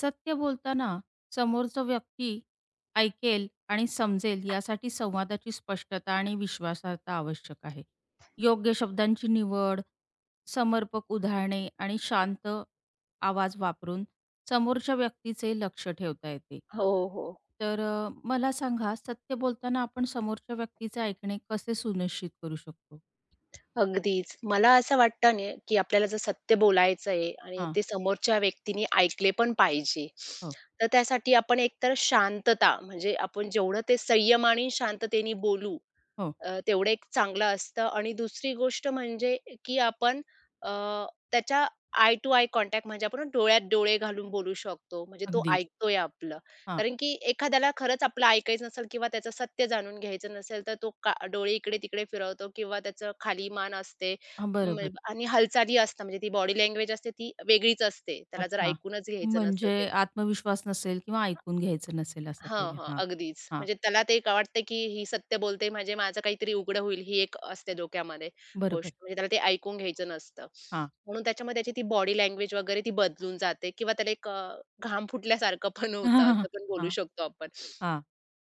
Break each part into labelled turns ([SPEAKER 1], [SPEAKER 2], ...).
[SPEAKER 1] सत्य बोलताना समोरचा व्यक्ती ऐकेल आणि समजेल यासाठी संवादाची स्पष्टता आणि विश्वासार्हता आवश्यक आहे. योग्य शब्दांची निवड, समर्पक उदाहरणे आणि शांत आवाज वापरून समोरच्या व्यक्तीचे लक्ष ठेवता येते.
[SPEAKER 2] हो, हो.
[SPEAKER 1] मला सांगा सत्य बोलताना आपण समोरच्या व्यक्तीचे ऐकणे कसे सुनिश्चित करू शकतो?
[SPEAKER 2] अगदीच. मला असं वाटतं ना, की आपल्याला जर सत्य बोलायचं आहे आणि
[SPEAKER 1] हां.
[SPEAKER 2] ते समोरच्या व्यक्तीने ऐकले पण पाहिजे.
[SPEAKER 1] हो,
[SPEAKER 2] तर त्यासाठी आपण एकतर शांतता म्हणजे आपण जेवढं ते संयम आणि शांततेने बोलू
[SPEAKER 1] हो.
[SPEAKER 2] तेवढं एक चांगलं असतं आणि दुसरी गोष्ट म्हणजे की आपण अ, त्याच्या आय टू आय कॉन्टॅक्ट म्हणजे आपण डोळ्यात डोळे घालून बोलू शकतो. म्हणजे तो
[SPEAKER 1] अगदी.
[SPEAKER 2] ऐकतोय आपलं.
[SPEAKER 1] हां.
[SPEAKER 2] कारण की एखाद्याला खरंच आपलं ऐकायचं नसेल किंवा त्याचं सत्य जाणून घ्यायचं नसेल, तर तो का डोळे इकडे-तिकडे फिरवतो किंवा त्याचं खाली मान असते
[SPEAKER 1] हां, बरोबर.
[SPEAKER 2] आणि हालचाली असतात. म्हणजे ती बॉडी लँग्वेज असते ती वेगळीच असते. त्याला जर
[SPEAKER 1] अच्छा.
[SPEAKER 2] ऐकूनच घ्यायचं नसेल
[SPEAKER 1] म्हणजे
[SPEAKER 2] ते
[SPEAKER 1] आत्मविश्वास नसेल किंवा ऐकून घ्यायचं नसेल असं
[SPEAKER 2] हां,
[SPEAKER 1] काही.
[SPEAKER 2] हां.
[SPEAKER 1] हां,
[SPEAKER 2] अगदीच.
[SPEAKER 1] हां.
[SPEAKER 2] म्हणजे त्याला ते एक वाटतं, की ही सत्य बोलते म्हणजे माझं काहीतरी उघडं होईल ही एक असते डोक्यामध्ये
[SPEAKER 1] बरोबर.
[SPEAKER 2] गोष्ट. म्हणजे त्याला ते ऐकून घ्यायचं नसतं.
[SPEAKER 1] हां.
[SPEAKER 2] म्हणून त्याच्यामध्ये त्याची ती बॉडी लँग्वेज वगैरे ती बदलून जाते किंवा त्याला एक घाम फुटल्यासारखं पण होतं असं पण बोलू
[SPEAKER 1] हां,
[SPEAKER 2] शकतो आपण.
[SPEAKER 1] हां.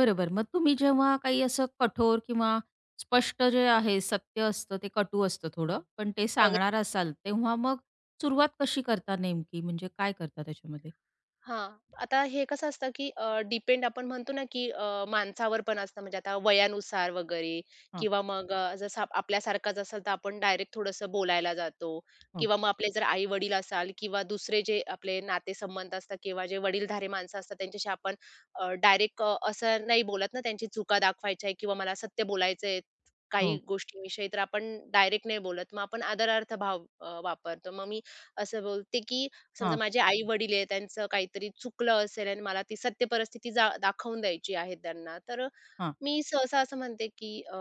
[SPEAKER 1] बरोबर. मग तुम्ही जेव्हा काही असं कठोर किंवा स्पष्ट जे आहे सत्य असतं ते कटू असतं थोडं, पण ते
[SPEAKER 2] अग
[SPEAKER 1] सांगणार असाल तेव्हा मग सुरुवात कशी करता नेमकी? म्हणजे काय करता त्याच्यामध्ये?
[SPEAKER 2] हां. आता हे कसं असतं, की डिपेंड आपण म्हणतो ना, की माणसावर पण असतं म्हणजे आता वयानुसार वगैरे
[SPEAKER 1] हां,
[SPEAKER 2] किंवा मग जसं आपल्यासारखाच असेल, तर आपण डायरेक्ट थोडंसं बोलायला जातो
[SPEAKER 1] हो,
[SPEAKER 2] किंवा मग आपले जर आई-वडील असाल किंवा दुसरे जे आपले नातेसंबंध असतात किंवा जे वडीलधारी माणसं असतात, त्यांच्याशी आपण डायरेक्ट असं नाही बोलत ना, त्यांची चुका दाखवायच्या आहे किंवा मला सत्य बोलायचं आहे काही
[SPEAKER 1] हो.
[SPEAKER 2] गोष्टींविषयी, तर आपण डायरेक्ट नाही बोलत. मग आपण आदरार्थ भाव वापरतो. मग मी असं बोलते, की समजा
[SPEAKER 1] हां,
[SPEAKER 2] माझे आई-वडील आहेत, त्यांचं काहीतरी चुकलं असेल आणि मला ती सत्य परिस्थिती दाखवून द्यायची आहे त्यांना. तर
[SPEAKER 1] हां.
[SPEAKER 2] मी सहसा असं म्हणते, की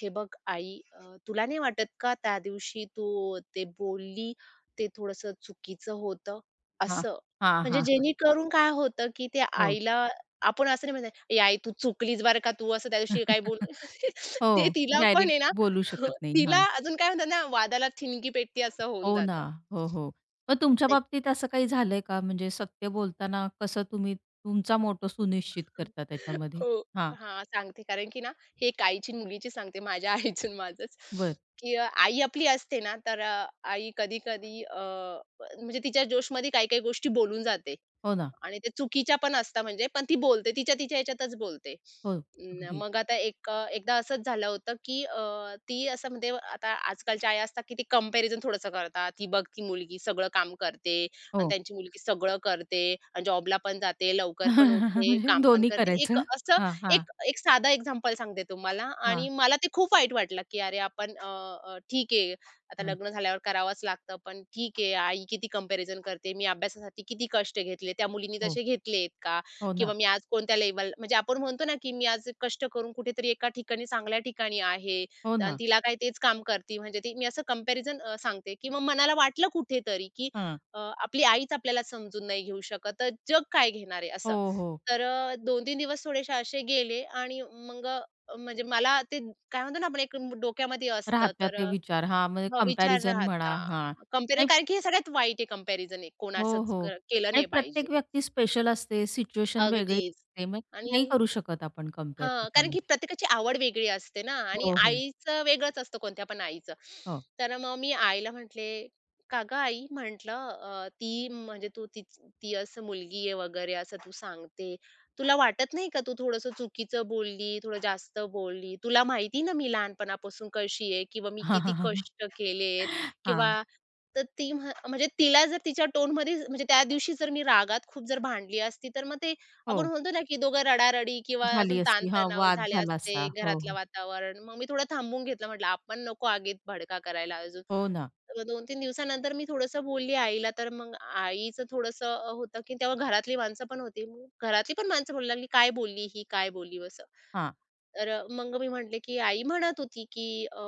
[SPEAKER 2] "हे बघ आई, तुला नाही वाटत का त्या दिवशी तू ते बोलली, ते थोडंसं चुकीचं होतं?"
[SPEAKER 1] हां,
[SPEAKER 2] असं.
[SPEAKER 1] हां,
[SPEAKER 2] म्हणजे
[SPEAKER 1] हां, हां.
[SPEAKER 2] जेणेकरून काय होतं, की त्या
[SPEAKER 1] हो.
[SPEAKER 2] आईला आपण असं नाही म्हणत, "ए आई तू चुकलीस बरं का, तू असं त्या दिवशी काय बोलू" ते
[SPEAKER 1] हो.
[SPEAKER 2] तिला पण
[SPEAKER 1] डायरेक्ट
[SPEAKER 2] आहे ना
[SPEAKER 1] बोलू शकत नाही.
[SPEAKER 2] तिला अजून काय म्हणतात ना, वादाला ठिणगी पेटते असं होऊन
[SPEAKER 1] हो ना.
[SPEAKER 2] जातं.
[SPEAKER 1] हो, हो. मग तुमच्या बाबतीत असं काही झालंय का? म्हणजे सत्य बोलताना कसं तुम्ही तुमचा मोटो सुनिश्चित करता त्याच्यामध्ये?
[SPEAKER 2] हो.
[SPEAKER 1] हां,
[SPEAKER 2] हां, सांगते कारण की ना, हे एक आईची आणि मुलीची सांगते, माझ्या आईचं आणि माझंच,
[SPEAKER 1] बरं.
[SPEAKER 2] की आई आपली असते ना, तर आई कधी-कधी म्हणजे तिच्या जोशमध्ये काही-काही गोष्टी बोलून जाते.
[SPEAKER 1] हो ना.
[SPEAKER 2] आणि ते चुकीच्या पण असतात म्हणजे, पण ती बोलते. तिच्या तिच्या ह्याच्यातच बोलते.
[SPEAKER 1] हो,
[SPEAKER 2] अं,
[SPEAKER 1] अगदी.
[SPEAKER 2] मग आता एक एकदा असंच झालं होतं, की ती असं म्हणजे आता आजकालच्या आया असतात, की ते कंपॅरिझन थोडंसं करतात. "ही बघ ती मुलगी सगळं काम करते आणि
[SPEAKER 1] हो.
[SPEAKER 2] त्यांची मुलगी सगळं करते जॉबला पण जाते, लवकर पण उठते,
[SPEAKER 1] म्हणजे
[SPEAKER 2] काम पण
[SPEAKER 1] दोन्ही
[SPEAKER 2] करते." एक
[SPEAKER 1] करायचं.
[SPEAKER 2] असं
[SPEAKER 1] हां, हां,
[SPEAKER 2] एक एक साधं एक्झाम्पल सांगते तुम्हाला
[SPEAKER 1] हां,
[SPEAKER 2] आणि मला ते खूप वाईट वाटलं, की अरे आपण अ, अ, ठीक आहे. आता
[SPEAKER 1] हां.
[SPEAKER 2] लग्न झाल्यावर करावंच लागतं. पण ठीक आहे, आई किती कंपॅरिझन करते, मी अभ्यासासाठी किती कष्ट घेतले, त्या मुलींनी
[SPEAKER 1] हो,
[SPEAKER 2] तसे घेतलेत का?
[SPEAKER 1] हो ना.
[SPEAKER 2] किंवा मी आज कोणत्या लेवल, म्हणजे आपण म्हणतो ना, की मी आज कष्ट करून कुठेतरी एका ठिकाणी चांगल्या ठिकाणी आहे
[SPEAKER 1] हो
[SPEAKER 2] आणि
[SPEAKER 1] ना.
[SPEAKER 2] तिला काय तेच काम करते. म्हणजे ती मी असं कंपॅरिझन सांगते किंवा मनाला वाटलं कुठेतरी, की
[SPEAKER 1] हां.
[SPEAKER 2] आपली आईच आपल्याला समजून नाही घेऊ शकत, तर जग काय घेणार आहे
[SPEAKER 1] हो,
[SPEAKER 2] असं.
[SPEAKER 1] हो.
[SPEAKER 2] तर 2-3 दिवस थोडेसे असे गेले आणि मग म्हणजे मला ते काय म्हणतो ना, आपण एक डोक्यामध्ये असतं.
[SPEAKER 1] राहतात
[SPEAKER 2] तर
[SPEAKER 1] ते विचार. हां, म्हणजे
[SPEAKER 2] हो, विचार
[SPEAKER 1] कंपॅरिझन म्हणा.
[SPEAKER 2] राहता.
[SPEAKER 1] हां.
[SPEAKER 2] कंपेअर
[SPEAKER 1] आणि
[SPEAKER 2] कारण की हे सगळ्यात वाईट आहे कंपॅरिझन एक
[SPEAKER 1] हो,
[SPEAKER 2] कोणाचंच
[SPEAKER 1] हो.
[SPEAKER 2] केलं
[SPEAKER 1] आणि
[SPEAKER 2] नाही पाहिजे.
[SPEAKER 1] प्रत्येक व्यक्ती स्पेशल असते, सिच्युएशन वेगळी
[SPEAKER 2] अगदीच
[SPEAKER 1] असते. मग
[SPEAKER 2] आणि
[SPEAKER 1] नाही करू शकत आपण कंपेअर
[SPEAKER 2] हां, कारण की
[SPEAKER 1] त्याच्यामध्ये.
[SPEAKER 2] प्रत्येकाची आवड वेगळी असते ना आणि
[SPEAKER 1] हो, हो.
[SPEAKER 2] आईचं वेगळंच असतं कोणत्या पण आईचं.
[SPEAKER 1] हो.
[SPEAKER 2] तर मग मी आईला म्हटले, "का गं आई," म्हटलं, ती म्हणजे तू ती ती असं मुलगी आहे वगैरे असं तू सांगते. तुला वाटत नाही का तू थोडंसं चुकीचं बोलली, थोडं जास्त बोलली? तुला माहिती ना मी लहानपणापासून कशी आहे किंवा मी
[SPEAKER 1] हा
[SPEAKER 2] किती
[SPEAKER 1] हा हा.
[SPEAKER 2] कष्ट केलेत किंवा"
[SPEAKER 1] हां.
[SPEAKER 2] तर ती म्हणजे तिला जर तिच्या टोनमध्ये म्हणजे त्या दिवशी जर मी रागात खूप जर भांडली असती, तर मग ते आपण
[SPEAKER 1] हो.
[SPEAKER 2] म्हणतो ना, की दोघं रडारडी किंवा अजून
[SPEAKER 1] झाली असती. हां,
[SPEAKER 2] ताणतणाव
[SPEAKER 1] वाद
[SPEAKER 2] झाले
[SPEAKER 1] झाला असता.
[SPEAKER 2] असते,
[SPEAKER 1] हो,
[SPEAKER 2] घरातलं
[SPEAKER 1] हो.
[SPEAKER 2] वातावरण. मग मी थोडं थांबून घेतलं. म्हटलं आपण नको आगीत भडका करायला अजून.
[SPEAKER 1] हो ना.
[SPEAKER 2] तर 2-3 दिवसानंतर मी थोडंसं बोलली आईला. तर मग आईचं थोडंसं होतं, की तेव्हा घरातली माणसं पण होती. मग घरातली पण माणसं बोलू लागली, "काय बोलली ही? काय बोलली?" बस.
[SPEAKER 1] हां.
[SPEAKER 2] तर मग मी म्हटले, की आई म्हणत होती, की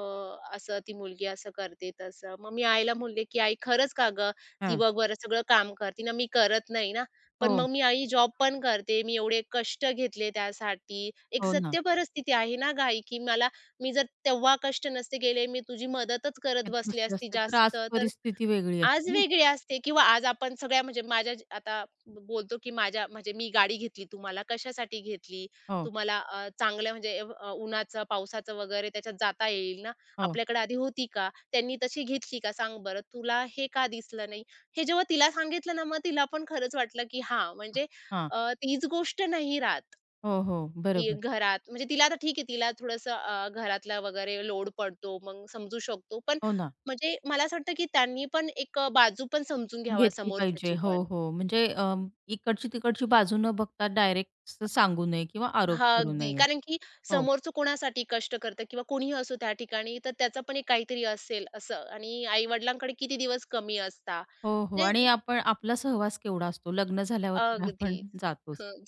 [SPEAKER 2] असं ती मुलगी असं करते तसं. मग मी आईला म्हटले, की "आई खरंच का गं? ती
[SPEAKER 1] हां.
[SPEAKER 2] बघ बरं सगळं काम करते ना, मी करत नाही ना. पण
[SPEAKER 1] हो.
[SPEAKER 2] मग मी आई जॉब पण करते. मी एवढे कष्ट घेतले त्यासाठी." एक
[SPEAKER 1] हो ना.
[SPEAKER 2] सत्य परिस्थिती आहे ना गं आई, की मला मी जर तेव्हा कष्ट नसते केले, मी तुझी मदतच करत
[SPEAKER 1] त्यात
[SPEAKER 2] बसले
[SPEAKER 1] बसले
[SPEAKER 2] असती
[SPEAKER 1] असते, तर
[SPEAKER 2] जास्त
[SPEAKER 1] आज
[SPEAKER 2] तर
[SPEAKER 1] परिस्थिती वेगळी
[SPEAKER 2] आज
[SPEAKER 1] असते ना.
[SPEAKER 2] वेगळी असते किंवा आज आपण सगळ्या म्हणजे माझ्या आता बोलतो, की माझ्या म्हणजे मी गाडी घेतली तुम्हाला कशासाठी घेतली?
[SPEAKER 1] हो,
[SPEAKER 2] तुम्हाला चांगलं म्हणजे उन्हाचं, पावसाचं वगैरे त्याच्यात जाता येईल ना?
[SPEAKER 1] हो.
[SPEAKER 2] आपल्याकडे आधी होती का? त्यांनी तशी घेतली का? सांग बरं, तुला हे का दिसलं नाही? हे जेव्हा तिला सांगितलं ना, मग तिला पण खरंच वाटलं, की हां, म्हणजे
[SPEAKER 1] हां.
[SPEAKER 2] तीच गोष्ट नाही राहत.
[SPEAKER 1] हो, हो.
[SPEAKER 2] की
[SPEAKER 1] बरोबर.
[SPEAKER 2] घरात म्हणजे तिला आता ठीक आहे, तिला थोडंसं घरातला वगैरे लोड पडतो, मग समजू शकतो. पण
[SPEAKER 1] हो ना.
[SPEAKER 2] म्हणजे मला असं वाटतं, की त्यांनी पण एक बाजू पण समजून घ्यावा
[SPEAKER 1] घेतली पाहिजे.
[SPEAKER 2] समोरच्याची
[SPEAKER 1] हो,
[SPEAKER 2] पण.
[SPEAKER 1] हो. म्हणजे इकडची-तिकडची बाजू न बघता डायरेक्ट सांगू नये किंवा आरोप
[SPEAKER 2] हां,
[SPEAKER 1] करू
[SPEAKER 2] अगदी.
[SPEAKER 1] नये.
[SPEAKER 2] कारण की
[SPEAKER 1] हो.
[SPEAKER 2] समोरचं कोणासाठी कष्ट करतं किंवा कोणीही असो त्या ठिकाणी, तर त्याचं पण एक काहीतरी असेल असं आणि आई-वडिलांकडे किती दिवस कमी असता.
[SPEAKER 1] हो, हो. आणि
[SPEAKER 2] म्हणजे
[SPEAKER 1] आपण आपला सहवास केवढा असतो. लग्न झाल्यावर तर आपण
[SPEAKER 2] अगदीच.
[SPEAKER 1] जातोच.
[SPEAKER 2] हं,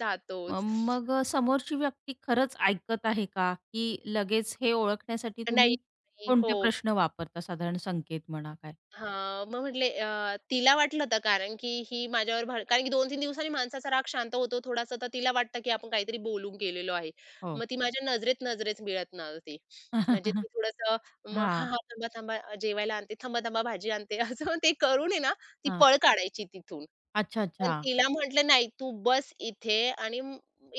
[SPEAKER 1] म
[SPEAKER 2] जातोच.
[SPEAKER 1] मग समोरची व्यक्ती खरंच ऐकत आहे का? की लगेच हे ओळखण्यासाठी
[SPEAKER 2] नाही.
[SPEAKER 1] तुम्ही
[SPEAKER 2] नाही, हो.
[SPEAKER 1] कोणते प्रश्न वापरता साधारण संकेत म्हणा काय?
[SPEAKER 2] हां, मग म्हटले तिला वाटलं होतं कारण की ही माझ्यावर कारण की 2-3 दिवसांनी माणसाचा राग शांत होतो थोडासा, तर तिला वाटतं की आपण काहीतरी बोलून गेलेलो आहे.
[SPEAKER 1] हो.
[SPEAKER 2] मग ती माझ्या नजरेत नजरेत मिळत नव्हती. म्हणजे ती थोडंसं मग "हां,
[SPEAKER 1] हां,
[SPEAKER 2] हां, थांबा, थांबा जेवायला आणते, थांबा, थांबा भाजी आणते." असं ते करून आहे ना, ती
[SPEAKER 1] हां.
[SPEAKER 2] पळ काढायची तिथून.
[SPEAKER 1] अच्छा,
[SPEAKER 2] पण
[SPEAKER 1] अच्छा.
[SPEAKER 2] तिला म्हटलं, "नाही, तू बस इथे आणि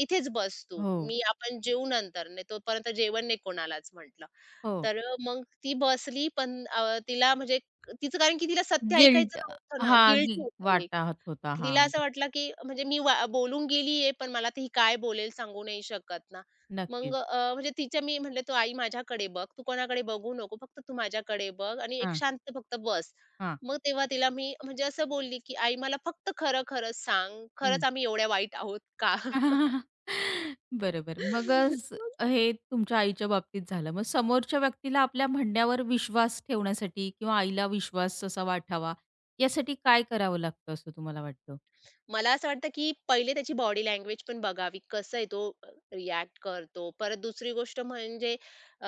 [SPEAKER 2] इथेच बस तू.
[SPEAKER 1] हो.
[SPEAKER 2] मी आपण जेवू नंतर, नाही तोपर्यंत जेवण नाही कोणालाच." म्हटलं.
[SPEAKER 1] हो.
[SPEAKER 2] तर मग ती बसली पण तिला म्हणजे तिचं कारण की तिला सत्य ऐकायचं
[SPEAKER 1] गिल्ट
[SPEAKER 2] नव्हतं
[SPEAKER 1] हां,
[SPEAKER 2] ना, गिल्ट
[SPEAKER 1] वाटा
[SPEAKER 2] होतं एक.
[SPEAKER 1] वाटाहत होता.
[SPEAKER 2] तिला
[SPEAKER 1] हां,
[SPEAKER 2] असं
[SPEAKER 1] बरं.
[SPEAKER 2] वाटलं की म्हणजे मी बोलून गेली आहे, पण मला आता काय बोलेल सांगू नाही शकत ना. मग
[SPEAKER 1] नक्कीच.
[SPEAKER 2] म्हणजे तिच्या मी म्हटलं, "तू आई माझ्याकडे बघ, तू कोणाकडे बघू नको, फक्त तू माझ्याकडे बघ आणि एक
[SPEAKER 1] हां.
[SPEAKER 2] शांत फक्त बस."
[SPEAKER 1] हां.
[SPEAKER 2] मग तेव्हा तिला मी म्हणजे असं बोलली की "आई मला फक्त खरं-खरं सांग, खरंच आम्ही एवढ्या वाईट आहोत का?"
[SPEAKER 1] बरोबर. मग अ, स हे तुमच्या आईच्या बाबतीत झालं. मग समोरच्या व्यक्तीला आपल्या म्हणण्यावर विश्वास ठेवण्यासाठी किंवा आईला विश्वास असा वाटावा, यासाठी काय करावं लागतं असं तुम्हाला वाटतं?
[SPEAKER 2] मला असं वाटतं, की पहिले त्याची बॉडी लँग्वेज पण बघावी. कसं आहे तो रिॲक्ट करतो. परत दुसरी गोष्ट म्हणजे अ,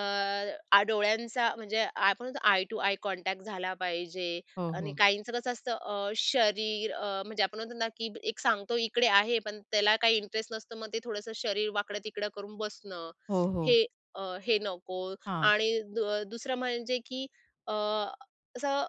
[SPEAKER 2] आ डोळ्यांचा म्हणजे आपण म्हणतो आय टू आय कॉन्टॅक्ट झाला पाहिजे
[SPEAKER 1] हो,
[SPEAKER 2] आणि
[SPEAKER 1] हो.
[SPEAKER 2] काहींचं कसं असतं शरीर म्हणजे आपण म्हणतो ना, की एक सांगतो इकडे आहे, पण त्याला काही इंटरेस्ट नसतो. मग ते थोडंसं शरीर वाकडं-तिकडं करून बसणं.
[SPEAKER 1] हो, हो.
[SPEAKER 2] हे हे नको
[SPEAKER 1] हां.
[SPEAKER 2] आणि दुसरं म्हणजे, की अ, असं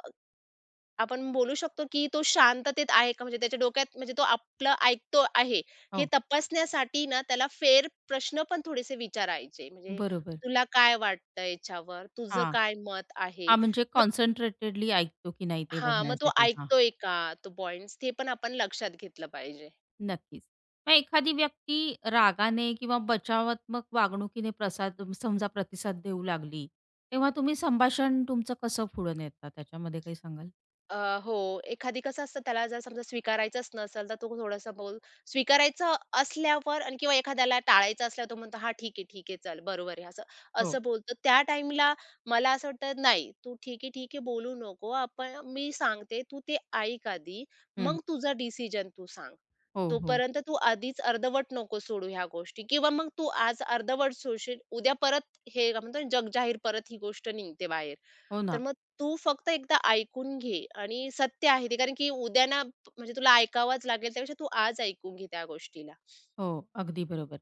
[SPEAKER 2] आपण बोलू शकतो, की तो शांततेत आहे का? म्हणजे त्याच्या डोक्यात म्हणजे तो आपलं ऐकतो आहे, हे
[SPEAKER 1] हो.
[SPEAKER 2] तपासण्यासाठी ना त्याला फेर प्रश्न पण थोडेसे विचारायचे. म्हणजे
[SPEAKER 1] बरोबर.
[SPEAKER 2] तुला काय वाटतं याच्यावर? तुझं
[SPEAKER 1] हां.
[SPEAKER 2] काय मत आहे?
[SPEAKER 1] हां, म्हणजे
[SPEAKER 2] मग
[SPEAKER 1] कॉन्सन्ट्रेटेडली ऐकतो की नाही ते
[SPEAKER 2] हां, मग तो
[SPEAKER 1] बघण्यासाठी.
[SPEAKER 2] ऐकतोय का? तो पॉइंट्स ते पण आपण लक्षात घेतलं पाहिजे.
[SPEAKER 1] नक्कीच. मग एखादी व्यक्ती रागाने किंवा बचावात्मक वागणुकीने प्रसाद समजा प्रतिसाद देऊ लागली, तेव्हा तुम्ही संभाषण तुमचं कसं पुढे नेता? त्याच्यामध्ये काही सांगाल?
[SPEAKER 2] अ, हो, एखादी कसं असतं त्याला जर समजा स्वीकारायचंच नसेल, तर तो थोडंसं स्वीकारायचं असल्यावर आणि किंवा एखाद्याला टाळायचं असल्यावर तो म्हणतो, "हां, ठीक आहे, ठीक आहे, चल बरोबर आहे." असं
[SPEAKER 1] हो.
[SPEAKER 2] असं बोलतो. त्या टाईमला मला असं वाटतं, "नाही, तू ठीक आहे, ठीक आहे, बोलू नको. आपण मी सांगते, तू ते ऐक आधी.
[SPEAKER 1] हं.
[SPEAKER 2] मग तुझा डिसिजन तू सांग.
[SPEAKER 1] हो, हो.
[SPEAKER 2] तोपर्यंत तू आधीच अर्धवट नको सोडू ह्या गोष्टी किंवा मग तू आज अर्धवट सोडशील, उद्या परत हे काय म्हणतो ना, जगजाहीर परत ही गोष्ट निघते बाहेर."
[SPEAKER 1] हो
[SPEAKER 2] तर
[SPEAKER 1] ना.
[SPEAKER 2] मग तू फक्त एकदा ऐकून घे आणि सत्य आहे ते कारण की उद्या ना म्हणजे तुला ऐकावंच लागेल त्यापेक्षा तू आज ऐकून घे त्या गोष्टीला.
[SPEAKER 1] हो, अगदी बरोबर.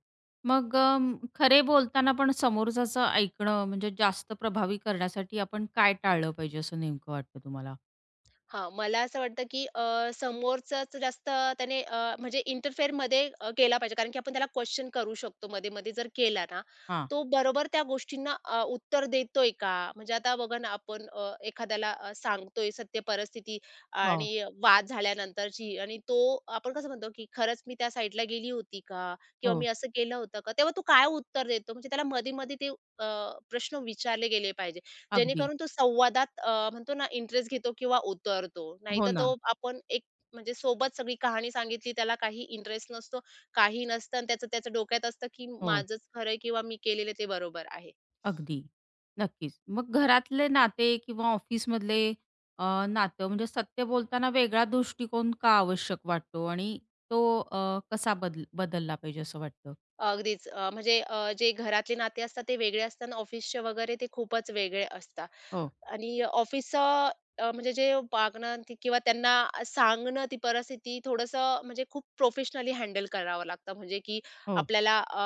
[SPEAKER 1] मग खरे बोलताना पण समोरच्याचं ऐकणं म्हणजे जास्त प्रभावी करण्यासाठी आपण काय टाळलं पाहिजे असं नेमकं वाटतं तुम्हाला?
[SPEAKER 2] हां, मला असं वाटतं, की समोरचाच जास्त त्याने म्हणजे इंटरफेअरमध्ये केला पाहिजे. कारण की आपण त्याला क्वेश्चन करू शकतो मध्ये-मध्ये जर केला ना,
[SPEAKER 1] हां.
[SPEAKER 2] तो बरोबर त्या गोष्टींना उत्तर देतोय का? म्हणजे आता बघा ना, आपण एखाद्याला सांगतोय सत्य परिस्थिती
[SPEAKER 1] हो,
[SPEAKER 2] आणि वाद झाल्यानंतरची आणि तो आपण कसं म्हणतो, की खरंच मी त्या साईडला गेली होती का? किंवा मी
[SPEAKER 1] हो.
[SPEAKER 2] असं केलं होतं का? तेव्हा तो काय उत्तर देतो? म्हणजे त्याला मध्ये-मध्ये ते अ, प्रश्न विचारले गेले पाहिजे.
[SPEAKER 1] अगदी.
[SPEAKER 2] जेणेकरून तो संवादात म्हणतो ना इंटरेस्ट घेतो किंवा उतरतो.
[SPEAKER 1] हो
[SPEAKER 2] नाहीतर
[SPEAKER 1] ना.
[SPEAKER 2] तो आपण एक म्हणजे सोबत सगळी कहाणी सांगितली त्याला काही इंटरेस्ट नसतो, काही नसतं आणि त्याचं त्याच्या डोक्यात असतं की
[SPEAKER 1] हो.
[SPEAKER 2] माझंच खरं आहे किंवा मी केलेलं ते बरोबर आहे.
[SPEAKER 1] अगदी. नक्कीच. मग घरातले नाते किंवा ऑफिसमधले अ, नातं म्हणजे सत्य बोलताना वेगळा दृष्टिकोन का आवश्यक वाटतो आणि तो कसा बदलला पाहिजे असं वाटतं?
[SPEAKER 2] अगदीच म्हणजे जे घरातले नाते असतात ते वेगळे असतात ऑफिसचे वगैरे ते खूपच वेगळे असतात.
[SPEAKER 1] हो,
[SPEAKER 2] आणि ऑफिसचं म्हणजे जे वागणं ते किंवा त्यांना सांगणं ती परिस्थिती थोडंसं म्हणजे खूप प्रोफेशनली हँडल करावं लागतं. म्हणजे की
[SPEAKER 1] हो,
[SPEAKER 2] आपल्याला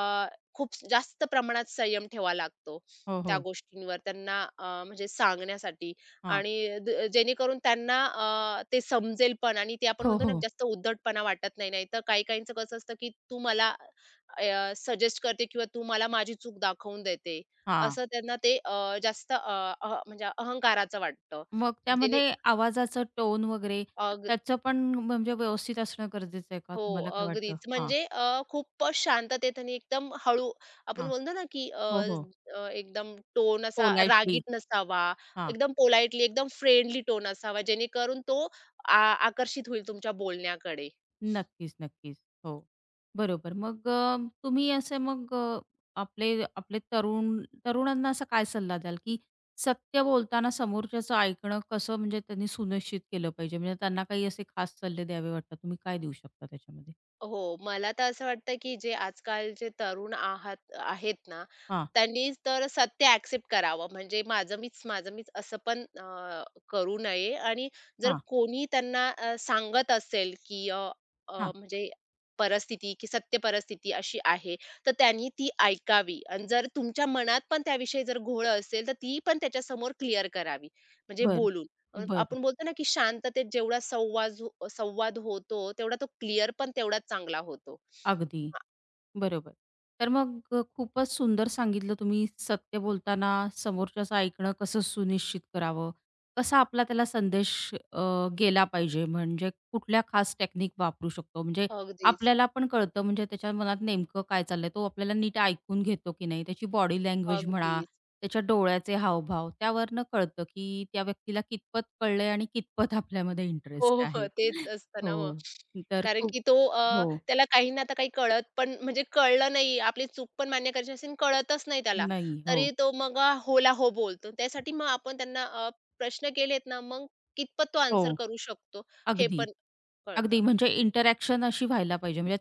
[SPEAKER 2] खूप जास्त प्रमाणात संयम ठेवावा लागतो
[SPEAKER 1] हो,
[SPEAKER 2] त्या
[SPEAKER 1] हो.
[SPEAKER 2] गोष्टींवर त्यांना म्हणजे सांगण्यासाठी
[SPEAKER 1] हां.
[SPEAKER 2] आणि जेणेकरून त्यांना ते समजेल पण आणि ते आपण
[SPEAKER 1] हो,
[SPEAKER 2] म्हणतो ना
[SPEAKER 1] हो.
[SPEAKER 2] जास्त उद्धटपणा वाटत नाही. नाहीतर काही-काहींचं कसं असतं की तू मला सजेस्ट करते किंवा तू मला माझी चूक दाखवून देते.
[SPEAKER 1] हां.
[SPEAKER 2] असं त्यांना ते जास्त अ, अह म्हणजे अहंकाराचं वाटतं.
[SPEAKER 1] मग
[SPEAKER 2] जेणे
[SPEAKER 1] त्यामध्ये आवाजाचं टोन वगैरे
[SPEAKER 2] अग
[SPEAKER 1] त्याचं पण म्हणजे व्यवस्थित असणं गरजेचं आहे का?
[SPEAKER 2] हो,
[SPEAKER 1] तुम्हाला काय वाटतं?
[SPEAKER 2] अगदीच.
[SPEAKER 1] हां,
[SPEAKER 2] म्हणजे खूपच शांततेत आणि एकदम हळू आपण
[SPEAKER 1] हां.
[SPEAKER 2] बोलतो ना, की अ,
[SPEAKER 1] हो, हो.
[SPEAKER 2] अ, एकदम टोन असा
[SPEAKER 1] पोलाइटली.
[SPEAKER 2] रागीट नसावा, एकदम पोलाइटली, एकदम फ्रेंडली टोन असावा, जेणेकरून तो आ आकर्षित होईल तुमच्या बोलण्याकडे.
[SPEAKER 1] नक्कीच, नक्कीच. हो, बरोबर. मग तुम्ही असे आपले आपले तरुण तरुणांना असा काय सल्ला द्याल, की सत्य बोलताना समोरच्याचं ऐकणं कसं म्हणजे त्यांनी सुनिश्चित केलं पाहिजे? म्हणजे त्यांना काही असे खास सल्ले द्यावे वाटतात, तुम्ही काय देऊ शकता त्याच्यामध्ये?
[SPEAKER 2] हो, मला तर असं वाटतं, की जे आजकालचे तरुण आहेत ना,
[SPEAKER 1] हां,
[SPEAKER 2] त्यांनी तर सत्य ॲक्सेप्ट करावं. म्हणजे माझं मीच, माझं मीच असं पण करू नये आणि जर
[SPEAKER 1] हां,
[SPEAKER 2] कोणी त्यांना सांगत असेल, की अ, अ,
[SPEAKER 1] हां.
[SPEAKER 2] म्हणजे परिस्थिती की सत्य परिस्थिती अशी आहे, तर त्यांनी ती ऐकावी आणि जर तुमच्या मनात पण त्याविषयी जर घोळ असेल, तर ती पण त्याच्यासमोर क्लिअर करावी, म्हणजे
[SPEAKER 1] बरं,
[SPEAKER 2] बोलून.
[SPEAKER 1] बरं.
[SPEAKER 2] आपण बोलतो ना, की शांततेत जेवढा संवाज हो संवाद होतो, तेवढा तो क्लिअर पण तेवढाच चांगला होतो.
[SPEAKER 1] अगदी. बरोबर. तर मग खूपच सुंदर सांगितलं तुम्ही सत्य बोलताना समोरच्याचं ऐकणं कसं सुनिश्चित करावं? कसा आपला त्याला संदेश गेला पाहिजे? म्हणजे कुठल्या खास टेक्निक वापरू शकतो? म्हणजे
[SPEAKER 2] हां,
[SPEAKER 1] आपल्याला पण कळतं म्हणजे त्याच्या मनात नेमकं काय चाललंय? तो आपल्याला नीट ऐकून घेतो की नाही? त्याची बॉडी लँग्वेज म्हणा,
[SPEAKER 2] अगदीच.
[SPEAKER 1] त्याच्या डोळ्याचे हावभाव त्यावरनं कळतं की त्या व्यक्तीला कितपत कळलंय आणि कितपत आपल्यामध्ये
[SPEAKER 2] हो,
[SPEAKER 1] इंटरेस्ट आहे.
[SPEAKER 2] हो. तेच असतं ना मग.
[SPEAKER 1] हो. तर
[SPEAKER 2] कारण
[SPEAKER 1] खूप
[SPEAKER 2] की तो
[SPEAKER 1] हो.
[SPEAKER 2] त्याला काहींना आता काही कळत पण म्हणजे कळलं नाही, आपली चूक पण मान्य करायची असेल, कळतच नाही त्याला,
[SPEAKER 1] नाही. हो.
[SPEAKER 2] तरी तो मग होला हो बोलतो. त्यासाठी मग आपण त्यांना प्रश्न केलेत ना, मग कितपत तो
[SPEAKER 1] हो.
[SPEAKER 2] आन्सर करू शकतो, हे
[SPEAKER 1] अगदी,
[SPEAKER 2] पण
[SPEAKER 1] अगदी.
[SPEAKER 2] कळतं.
[SPEAKER 1] म्हणजे इंटरॅक्शन अशी व्हायला पाहिजे. म्हणजे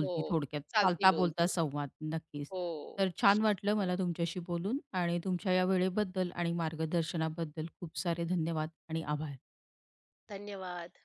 [SPEAKER 2] हो,
[SPEAKER 1] थोडक्यात,
[SPEAKER 2] चालती
[SPEAKER 1] चालता-बोलता
[SPEAKER 2] बोलती.
[SPEAKER 1] संवाद. नक्कीच.
[SPEAKER 2] हो,
[SPEAKER 1] तर छान वाटलं मला तुमच्याशी बोलून आणि तुमच्या या वेळेबद्दल आणि मार्गदर्शनाबद्दल खूप सारे धन्यवाद आणि आभार.
[SPEAKER 2] धन्यवाद.